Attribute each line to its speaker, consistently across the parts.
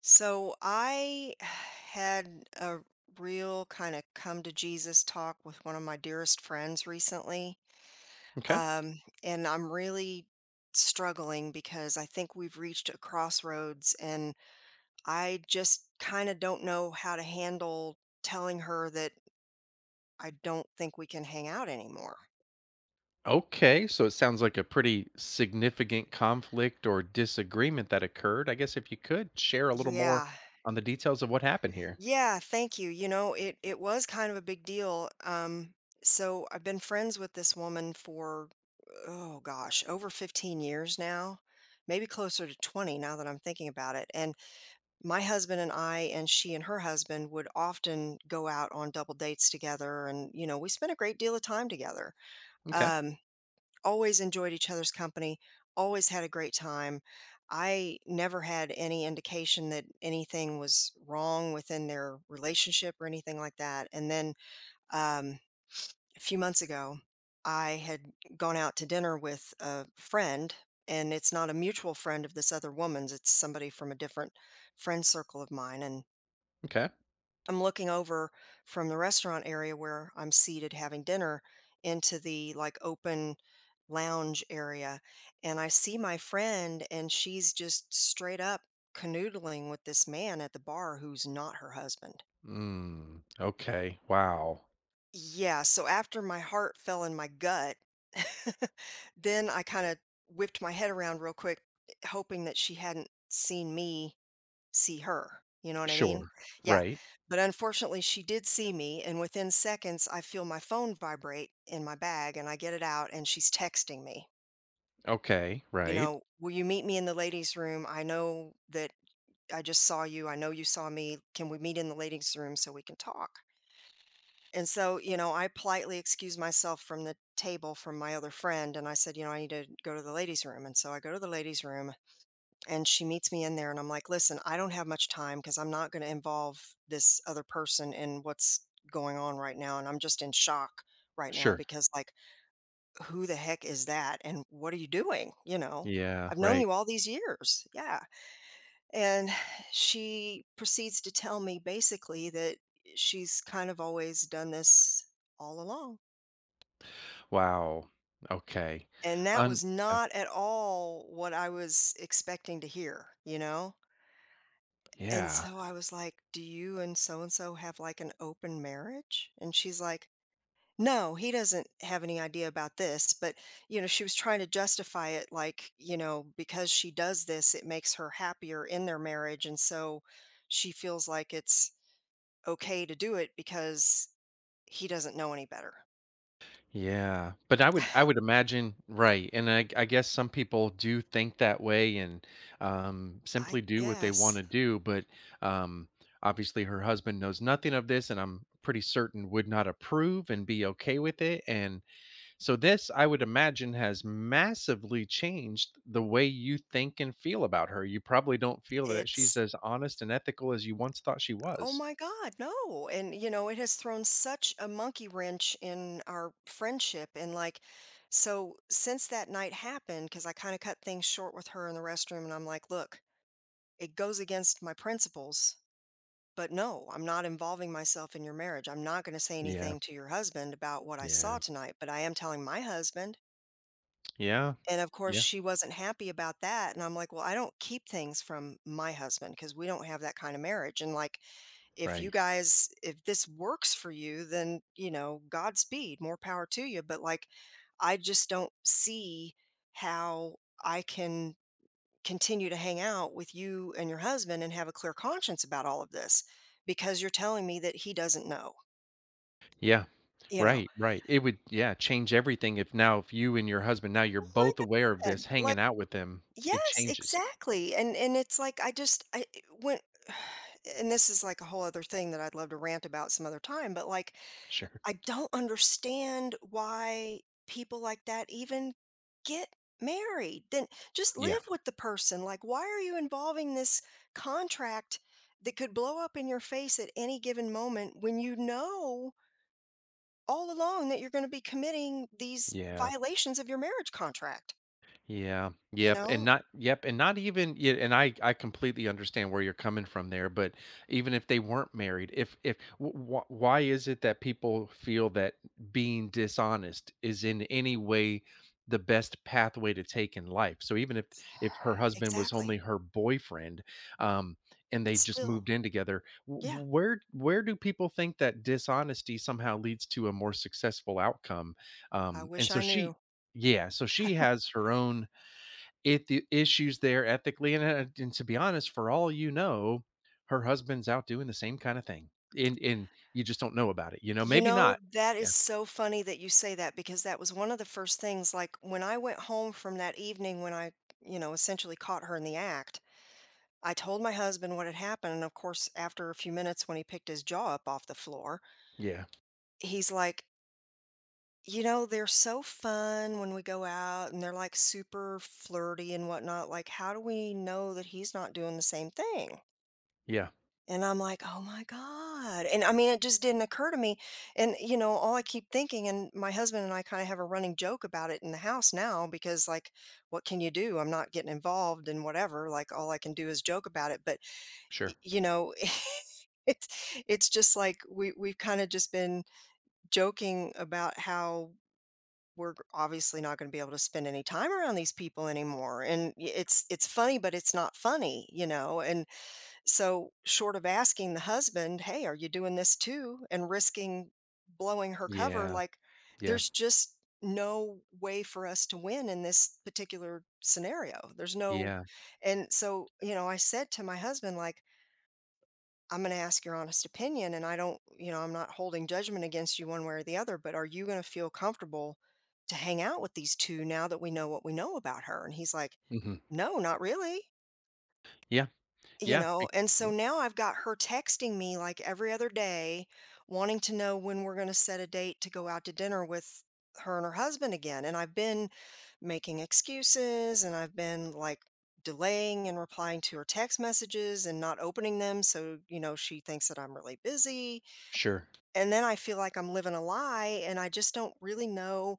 Speaker 1: So I had a real kind of come to Jesus talk with one of my dearest friends recently.
Speaker 2: Okay.
Speaker 1: And I'm really struggling because I think we've reached a crossroads and I just kind of don't know how to handle telling her that I don't think we can hang out anymore.
Speaker 2: Okay. So it sounds like a pretty significant conflict or disagreement that occurred. I guess if you could share a little more
Speaker 1: Yeah.
Speaker 2: on the details of what happened here.
Speaker 1: Yeah, thank you. You know, it was kind of a big deal. So I've been friends with this woman for oh gosh, over 15 years now, maybe closer to 20 now that I'm thinking about it. And my husband and I, and she and her husband, would often go out on double dates together. And we spent a great deal of time together.
Speaker 2: Okay.
Speaker 1: Um, always enjoyed each other's company, always had a great time. I never had any indication that anything was wrong within their relationship or anything like that. And then, um, a few months ago, I had gone out to dinner with a friend, and it's not a mutual friend of this other woman's, it's somebody from a different friend circle of mine. And
Speaker 2: Okay.
Speaker 1: I'm looking over from the restaurant area where I'm seated having dinner into the like open lounge area. And I see my friend, and she's just straight up canoodling with this man at the bar who's not her husband.
Speaker 2: Mm, okay. Wow.
Speaker 1: Yeah, so after my heart fell in my gut, then I kind of whipped my head around real quick, hoping that she hadn't seen me see her. You know what I mean?
Speaker 2: Sure.
Speaker 1: Yeah.
Speaker 2: Right.
Speaker 1: But unfortunately, she did see me. And within seconds, I feel my phone vibrate in my bag and I get it out and she's texting me,
Speaker 2: Okay.
Speaker 1: you
Speaker 2: Right.
Speaker 1: know, "Will you meet me in the ladies' room? I know that I just saw you. I know you saw me. Can we meet in the ladies' room so we can talk?" And so, you know, I politely excused myself from the table from my other friend and I said, you know, "I need to go to the ladies' room." And so I go to the ladies' room and she meets me in there and I'm like, "Listen, I don't have much time because I'm not going to involve this other person in what's going on right now. And I'm just in shock right now
Speaker 2: Sure.
Speaker 1: because, like, who the heck is that? And what are you doing? You know,
Speaker 2: Yeah.
Speaker 1: I've known
Speaker 2: Right.
Speaker 1: you all these years." Yeah. And she proceeds to tell me basically that she's kind of always done this all along.
Speaker 2: Wow. Okay.
Speaker 1: And that
Speaker 2: Un-
Speaker 1: was
Speaker 2: yeah.
Speaker 1: not at all what I was expecting to hear, you know? And
Speaker 2: Yeah.
Speaker 1: so I was like, "Do you and so have like an open marriage?" And she's like, "No, he doesn't have any idea about this." But, you know, she was trying to justify it like, you know, because she does this, it makes her happier in their marriage. And so she feels like it's okay to do it because he doesn't know any better.
Speaker 2: Yeah, but I would I would imagine, right, and I guess some people do think that way and
Speaker 1: I
Speaker 2: simply do what they want
Speaker 1: guess
Speaker 2: to do, but um, obviously her husband knows nothing of this, and I'm pretty certain would not approve and be okay with it. And so this, I would imagine, has massively changed the way you think and feel about her. You probably don't feel that she's
Speaker 1: it's,
Speaker 2: as honest and ethical as you once thought she
Speaker 1: oh
Speaker 2: was.
Speaker 1: my God, no. And, you know, it has thrown such a monkey wrench in our friendship. And, like, so since that night happened, because I kind of cut things short with her in the restroom, and I'm like, "Look, it goes against my principles, but no, I'm not involving myself in your marriage. I'm not going to say
Speaker 2: Yeah,
Speaker 1: anything to your husband about what I saw
Speaker 2: yeah,
Speaker 1: tonight, but I am telling my husband."
Speaker 2: yeah,
Speaker 1: And of course,
Speaker 2: yeah.
Speaker 1: she wasn't happy about that. And I'm like, "Well, I don't keep things from my husband because we don't have that kind of marriage. And, like, if you
Speaker 2: Right.
Speaker 1: guys if this works for you then you know godspeed, more power to you, but like I just don't see how I can continue to hang out with you and your husband and have a clear conscience about all of this because you're telling me that he doesn't know,
Speaker 2: Yeah.
Speaker 1: you know."
Speaker 2: Right, right. It would, yeah, change everything. If now, if you and your husband now you're
Speaker 1: Oh my
Speaker 2: both aware of this,
Speaker 1: god, like,
Speaker 2: hanging out with them, it
Speaker 1: yes,
Speaker 2: changes.
Speaker 1: exactly. And it's like I just I, when and this is like a whole other thing that I'd love to rant about some other time, but like
Speaker 2: Sure.
Speaker 1: I don't understand why people like that even get married. Then just
Speaker 2: Yeah.
Speaker 1: live with the person. Like, why are you involving this contract that could blow up in your face at any given moment when you know all along that you're going to be committing these
Speaker 2: Yeah.
Speaker 1: violations of your marriage contract?
Speaker 2: Yeah.
Speaker 1: You
Speaker 2: Yep. And
Speaker 1: know,
Speaker 2: not yep, and not even yeah, and I completely understand where you're coming from there, but even if they weren't married, if wh- wh- why is it that people feel that being dishonest is in any way the best pathway to take in life? So even if her husband was only
Speaker 1: exactly.
Speaker 2: her boyfriend, um and they just
Speaker 1: Still,
Speaker 2: moved in together,
Speaker 1: yeah,
Speaker 2: where do people think that dishonesty somehow leads to a more successful outcome?
Speaker 1: I wish
Speaker 2: And so
Speaker 1: I
Speaker 2: she
Speaker 1: knew.
Speaker 2: Yeah, so she has her own, it the issues there ethically, and to be honest, for all you know, her husband's out doing the same kind of thing, and you just don't know about it, you know,
Speaker 1: You
Speaker 2: maybe
Speaker 1: know,
Speaker 2: not.
Speaker 1: that
Speaker 2: Yeah.
Speaker 1: is so funny that you say that because that was one of the first things, like, when I went home from that evening when I, you know, essentially caught her in the act, I told my husband what had happened. And of course, after a few minutes, when he picked his jaw up off the floor,
Speaker 2: Yeah.
Speaker 1: he's like, "You know, they're so fun when we go out and they're like super flirty and whatnot. Like, how do we know that he's not doing the same thing?"
Speaker 2: Yeah.
Speaker 1: And I'm like, "Oh my god." And I mean, it just didn't occur to me. And, you know, all I keep thinking and my husband and I kinda have a running joke about it in the house now because, like, what can you do? I'm not getting involved and whatever, like, all I can do is joke about it. But, y
Speaker 2: Sure.
Speaker 1: you know, it's it's just like we've kinda just been joking about how we're g obviously not gonna be able to spend any time around these people anymore. And y it's funny, but it's not funny, you know? And so, short of asking the husband, "Hey, are you doing this too?" and risking blowing her cover,
Speaker 2: Yeah.
Speaker 1: like,
Speaker 2: Yeah.
Speaker 1: there's just no way for us to win in this particular scenario. There's no,
Speaker 2: Yeah.
Speaker 1: and so, you know, I said to my husband, like, "I'm gonna ask your honest opinion, and I don't you know, I'm not holding judgment against you one way or the other, but are you gonna feel comfortable to hang out with these two now that we know what we know about her?" And he's like,
Speaker 2: Hmm.
Speaker 1: "No, not really."
Speaker 2: Yeah.
Speaker 1: You
Speaker 2: yeah
Speaker 1: know,
Speaker 2: be-
Speaker 1: and so
Speaker 2: yeah,
Speaker 1: now I've got her texting me like every other day, wanting to know when we're going to set a date to go out to dinner with her and her husband again. And I've been making excuses and I've been like delaying and replying to her text messages and not opening them. So, you know, she thinks that I'm really busy.
Speaker 2: sure.
Speaker 1: And then I feel like I'm living a lie and I just don't really know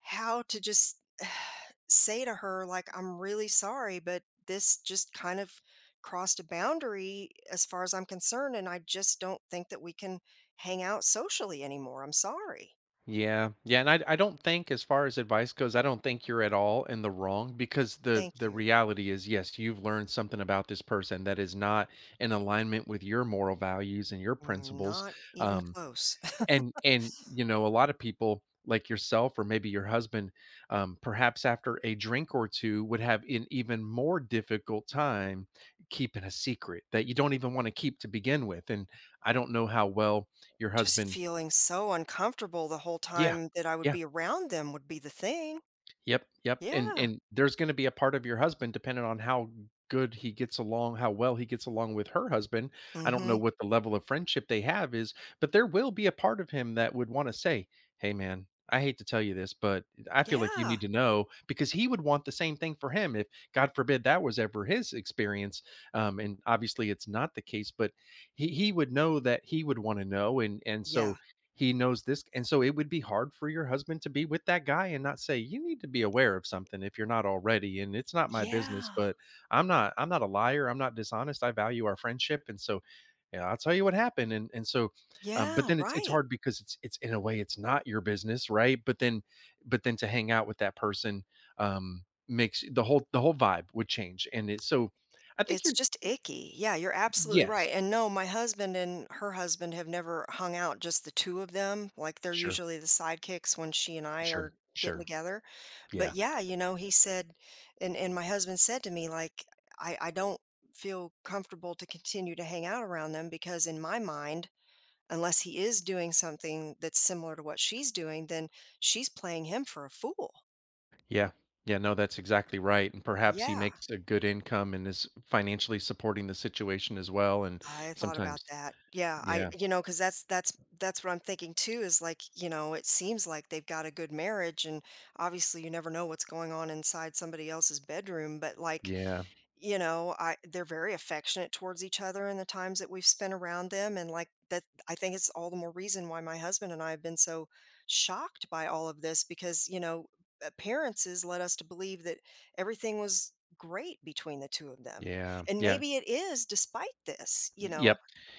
Speaker 1: how to just say to her, like, "I'm really sorry, but this just kind of crossed a boundary as far as I'm concerned, and I just don't think that we can hang out socially anymore. I'm sorry.
Speaker 2: Yeah, yeah, and I don't think, as far as advice goes, I don't think you're at all in the wrong, because the
Speaker 1: Thank you."
Speaker 2: reality is yes, you've learned something about this person that is not in alignment with your moral values and your
Speaker 1: Mm,
Speaker 2: principles.
Speaker 1: not even
Speaker 2: um
Speaker 1: close.
Speaker 2: and you know, a lot of people like yourself or maybe your husband, perhaps after a drink or two, would have an even more difficult time keeping a secret that you don't even want to keep to begin with. And I don't know how well your
Speaker 1: Just
Speaker 2: husband.
Speaker 1: feeling so uncomfortable the whole
Speaker 2: Yeah.
Speaker 1: time that I would
Speaker 2: Yeah.
Speaker 1: be around them would be the thing.
Speaker 2: Yep, yep, and
Speaker 1: Yeah.
Speaker 2: there's gonna be a part of your husband depending on how good he gets along, how well he gets along with her husband. I don't know
Speaker 1: Mhm.
Speaker 2: what the level of friendship they have is, but there will be a part of him that would wanna say, "Hey, man, I hate to tell you this, but I feel like you
Speaker 1: Yeah.
Speaker 2: need to know," because he would want the same thing for him if, God forbid, that was ever his experience. And obviously it's not the case, but he would know that he would wanna know, and
Speaker 1: Yeah.
Speaker 2: he knows this, and so it would be hard for your husband to be with that guy and not say, "You need to be aware of something if you're not already, and it's not my business,
Speaker 1: Yeah.
Speaker 2: but I'm not a liar, I'm not dishonest, I value our friendship, and so, yeah, I'll tell you what happened." And so, but
Speaker 1: Yeah,
Speaker 2: then it's
Speaker 1: right.
Speaker 2: hard because it's in a way it's not your business, right? But then, but then to hang out with that person, makes the whole vibe would change, and it's so I think
Speaker 1: It's
Speaker 2: you're
Speaker 1: just icky. Yeah, you're absolutely right.
Speaker 2: yes.
Speaker 1: And no, my husband and her husband have never hung out, just the two of them, like, they're
Speaker 2: Sure,
Speaker 1: usually the sidekicks when she and I
Speaker 2: sure,
Speaker 1: are getting
Speaker 2: sure,
Speaker 1: together. But,
Speaker 2: yeah.
Speaker 1: yeah, you know, he said, and my husband said to me, like, "I don't feel comfortable to continue to hang out around them because in my mind, unless he is doing something that's similar to what she's doing, then she's playing him for a fool."
Speaker 2: Yeah. Yeah, no, that's exactly right, and perhaps he
Speaker 1: Yeah.
Speaker 2: makes a good income and is financially supporting the situation as well, and
Speaker 1: I thought about
Speaker 2: sometimes.
Speaker 1: that. Yeah, I,
Speaker 2: Yeah,
Speaker 1: you know, because that's what I'm thinking too is like, you know, it seems like they've got a good marriage and obviously you never know what's going on inside somebody else's bedroom, but like
Speaker 2: yeah,
Speaker 1: you know, I they're very affectionate towards each other in the times that we've spent around them and like that I think it's all the more reason why my husband and I have been so shocked by all of this because, you know, appearances led us to believe that everything was great between the two of them.
Speaker 2: yeah,
Speaker 1: And
Speaker 2: yeah.
Speaker 1: maybe it is despite this, you
Speaker 2: Yep,
Speaker 1: know.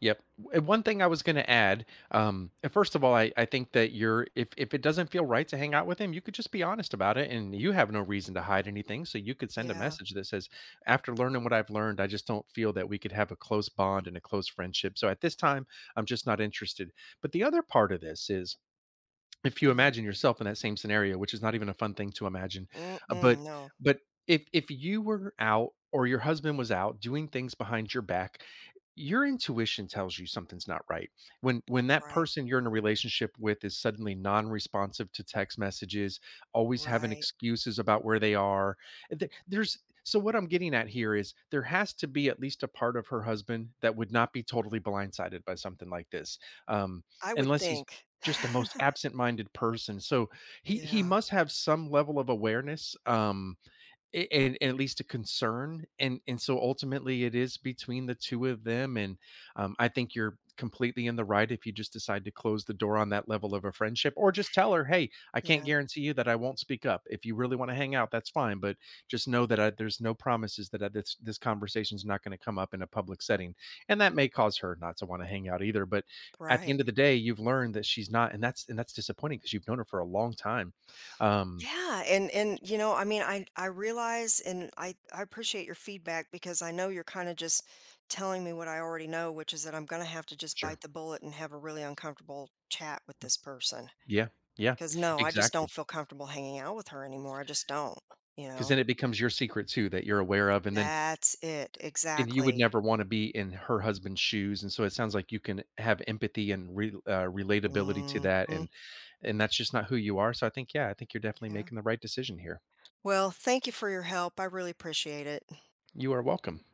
Speaker 2: yep. And one thing I was gonna add, first of all, I think that you're, if it doesn't feel right to hang out with him, you could just be honest about it, and you have no reason to hide anything, so you could send a
Speaker 1: Yeah.
Speaker 2: message that says, "After learning what I've learned, I just don't feel that we could have a close bond and a close friendship, so at this time, I'm just not interested." But the other part of this is, if you
Speaker 1: Uh-huh.
Speaker 2: imagine yourself in that same scenario, which is not even a fun thing to imagine, uh, but
Speaker 1: Mm-mm, no.
Speaker 2: but if you were out or your husband was out doing things behind your back, your intuition tells you something's not right. When that
Speaker 1: Right.
Speaker 2: person you're in a relationship with is suddenly non-responsive to text messages, always having
Speaker 1: Right.
Speaker 2: excuses about where they are, th- there's so what I'm getting at here is there has to be at least a part of her husband that would not be totally blindsided by something like this. Um,
Speaker 1: I would
Speaker 2: unless he's
Speaker 1: think.
Speaker 2: just the most absent-minded person, so he
Speaker 1: Yeah.
Speaker 2: must have some level of awareness, and at least a concern, and ultimately it is between the two of them. And I think you're completely in the right if you just decide to close the door on that level of a friendship, or just tell her, hey, I can't
Speaker 1: Yeah.
Speaker 2: guarantee you that I won't speak up. If you really want to hang out, that's fine, but just know that there's no promises that this conversation is not going to come up in a public setting, and that may cause her not to want to hang out either. But at the end of
Speaker 1: Right.
Speaker 2: the day, you've learned that she's not, and that's disappointing, because you've known her for a long time. Um,
Speaker 1: Yeah, and you know, I mean, I realize and I appreciate your feedback because I know you're kind of just telling me what I already know, which is that I'm going to have to just
Speaker 2: sure.
Speaker 1: bite the bullet and have a really uncomfortable chat with this person.
Speaker 2: Yeah, yeah,
Speaker 1: Because no, I just
Speaker 2: exactly.
Speaker 1: don't
Speaker 2: Because
Speaker 1: feel comfortable hanging out with her anymore. I just don't, you know.
Speaker 2: then it becomes your secret too that you're aware of, and then,
Speaker 1: That's it.
Speaker 2: and you would
Speaker 1: Exactly.
Speaker 2: never wanna be in her husband's shoes, and so it sounds like you can have empathy and re relatability to
Speaker 1: Hmm.
Speaker 2: that, and that's just not who you are, so I think, yeah, I think you're definitely
Speaker 1: Yeah.
Speaker 2: making the right decision here.
Speaker 1: Well, thank you for your help. I really appreciate it.
Speaker 2: You are welcome.